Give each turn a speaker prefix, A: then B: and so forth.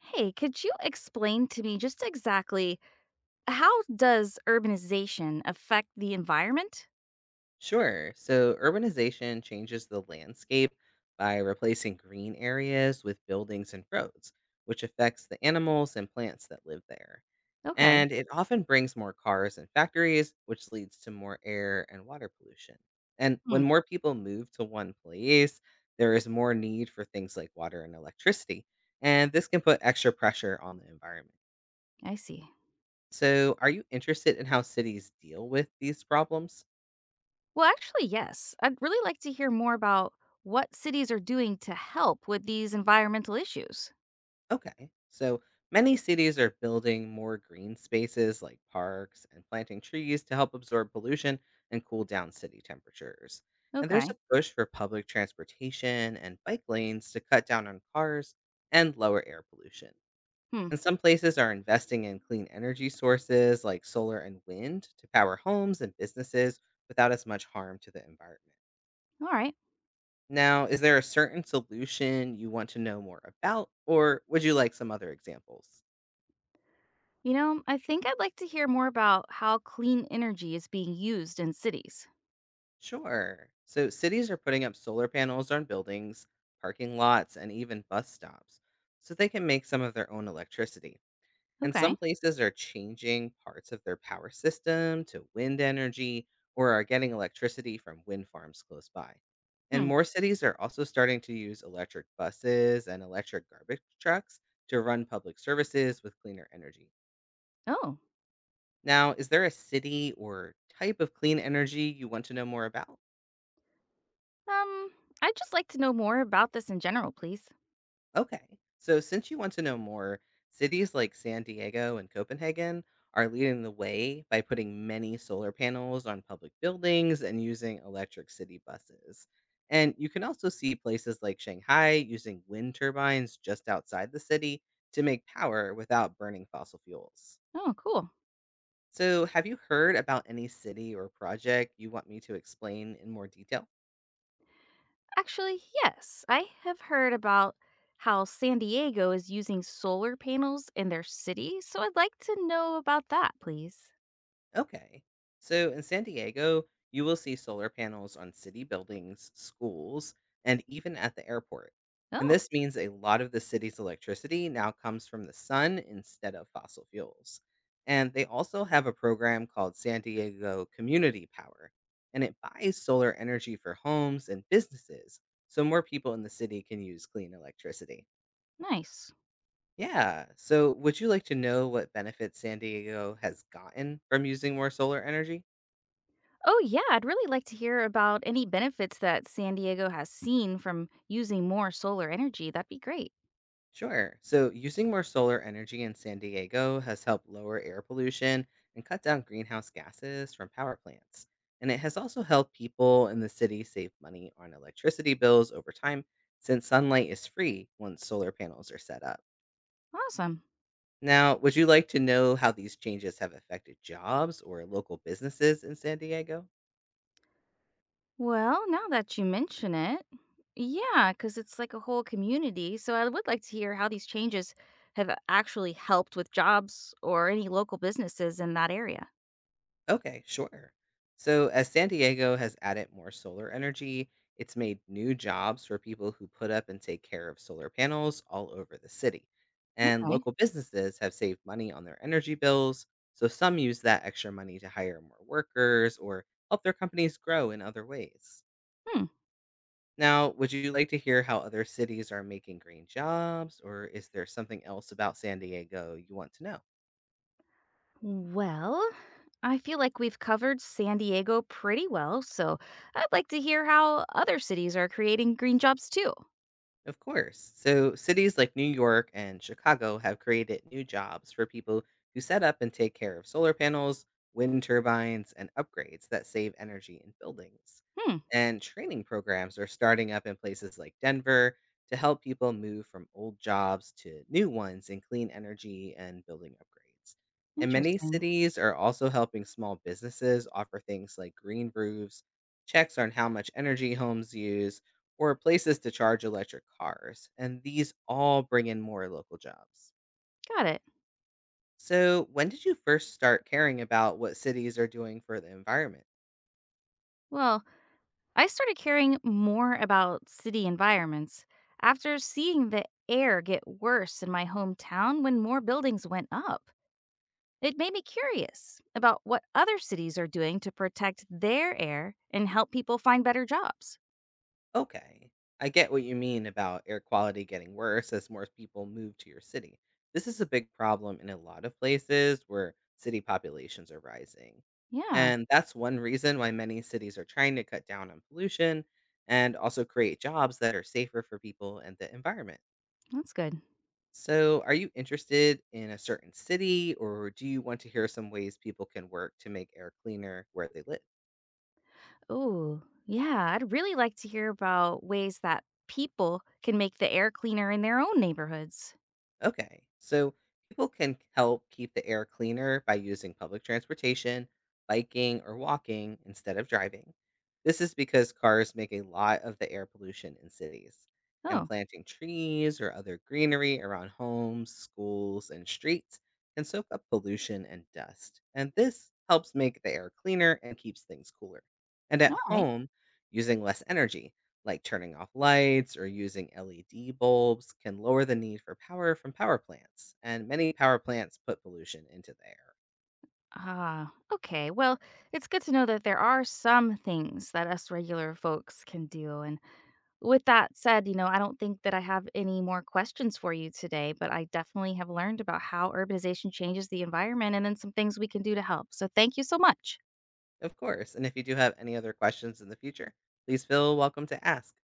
A: Hey, could you explain to me just exactly how does urbanization affect the environment?
B: Sure. So urbanization changes the landscape by replacing green areas with buildings and roads, which affects the animals and plants that live there.
A: Okay.
B: And it often brings more cars and factories, which leads to more air and water pollution. And when
A: Hmm,
B: more people move to one place, there is more need for things like water and electricity. And this can put extra pressure on the environment.
A: I see.
B: So, are you interested in how cities deal with these problems?
A: Well, actually, yes. I'd really like to hear more about what cities are doing to help with these environmental issues.
B: Okay. So many cities are building more green spaces like parks and planting trees to help absorb pollution and cool down city temperatures. And there's
A: Okay.
B: a push for public transportation and bike lanes to cut down on cars and lower air pollution.
A: Hmm.
B: And some places are investing in clean energy sources like solar and wind to power homes and businesses without as much harm to the environment.
A: All right.
B: Now, is there a certain solution you want to know more about, or would you like some other examples?
A: I think I'd like to hear more about how clean energy is being used in cities.
B: Sure. So cities are putting up solar panels on buildings, parking lots, and even bus stops so they can make some of their own electricity. And
A: Okay.
B: some places are changing parts of their power system to wind energy or are getting electricity from wind farms close by. And
A: Hmm.
B: more cities are also starting to use electric buses and electric garbage trucks to run public services with cleaner energy.
A: Oh.
B: Now, is there a city or type of clean energy you want to know more about?
A: Um, I'd just like to know more about this in general, please.
B: Okay. So, since you want to know more, cities like San Diego and Copenhagen are leading the way by putting many solar panels on public buildings and using electric city buses. And you can also see places like Shanghai using wind turbines just outside the city to make power without burning fossil fuels.
A: Oh, cool.
B: So, have you heard about any city or project you want me to explain in more detail?
A: Actually, yes. I have heard about how San Diego is using solar panels in their city, so I'd like to know about that, please.
B: Okay. So in San Diego, you will see solar panels on city buildings, schools, and even at the airport. And
A: Oh,
B: this means a lot of the city's electricity now comes from the sun instead of fossil fuels. And they also have a program called San Diego Community Power, and it buys solar energy for homes and businesses so more people in the city can use clean electricity.
A: nice.
B: Yeah. So, would you like to know what benefits San Diego has gotten from using more solar energy?
A: Oh, yeah, I'd really like to hear about any benefits that San Diego has seen from using more solar energy. That'd be great.
B: Sure. So, using more solar energy in San Diego has helped lower air pollution and cut down greenhouse gases from power plants. And it has also helped people in the city save money on electricity bills over time since sunlight is free once solar panels are set up.
A: Awesome.
B: Now, would you like to know how these changes have affected jobs or local businesses in San Diego?
A: Well, now that you mention it, yeah, because it's like a whole community, so I would like to hear how these changes have actually helped with jobs or any local businesses in that area.
B: Okay, sure. So, as San Diego has added more solar energy, it's made new jobs for people who put up and take care of solar panels all over the city. And
A: Okay.
B: local businesses have saved money on their energy bills, so some use that extra money to hire more workers or help their companies grow in other ways.
A: Hmm.
B: Now, would you like to hear how other cities are making green jobs, or is there something else about San Diego you want to know?
A: Well, I feel like we've covered San Diego pretty well, so I'd like to hear how other cities are creating green jobs too.
B: Of course. So, cities like New York and Chicago have created new jobs for people who set up and take care of solar panels, wind turbines, and upgrades that save energy in buildings.
A: Hmm.
B: And training programs are starting up in places like Denver to help people move from old jobs to new ones in clean energy and building upgrades. And many
A: Interesting.
B: cities are also helping small businesses offer things like green roofs, checks on how much energy homes use, or places to charge electric cars, and these all bring in more local jobs.
A: Got it.
B: So, when did you first start caring about what cities are doing for the environment?
A: Well, I started caring more about city environments after seeing the air get worse in my hometown when more buildings went up. It made me curious about what other cities are doing to protect their air and help people find better jobs.
B: Okay, I get what you mean about air quality getting worse as more people move to your city. This is a big problem in a lot of places where city populations are rising.
A: Yeah,
B: And that's one reason why many cities are trying to cut down on pollution and also create jobs that are safer for people and the environment.
A: that's good.
B: So, are you interested in a certain city or do you want to hear some ways people can work to make air cleaner where they live?
A: Oh yeah. I'd really like to hear about ways that people can make the air cleaner in their own neighborhoods.
B: Okay. So people can help keep the air cleaner by using public transportation, biking, or walking instead of driving. This is because cars make a lot of the air pollution in cities. And
A: Oh,
B: planting trees or other greenery around homes, schools, and streets can soak up pollution and dust. And this helps make the air cleaner and keeps things cooler. And at
A: all right.
B: home, using less energy like turning off lights or using LED bulbs can lower the need for power from power plants, and many power plants put pollution into the air.
A: Ah, okay. Well, it's good to know that there are some things that us regular folks can do. And with that said, I don't think that I have any more questions for you today, but I definitely have learned about how urbanization changes the environment and then some things we can do to help. So thank you so much.
B: Of course, and if you do have any other questions in the future, please feel welcome to ask.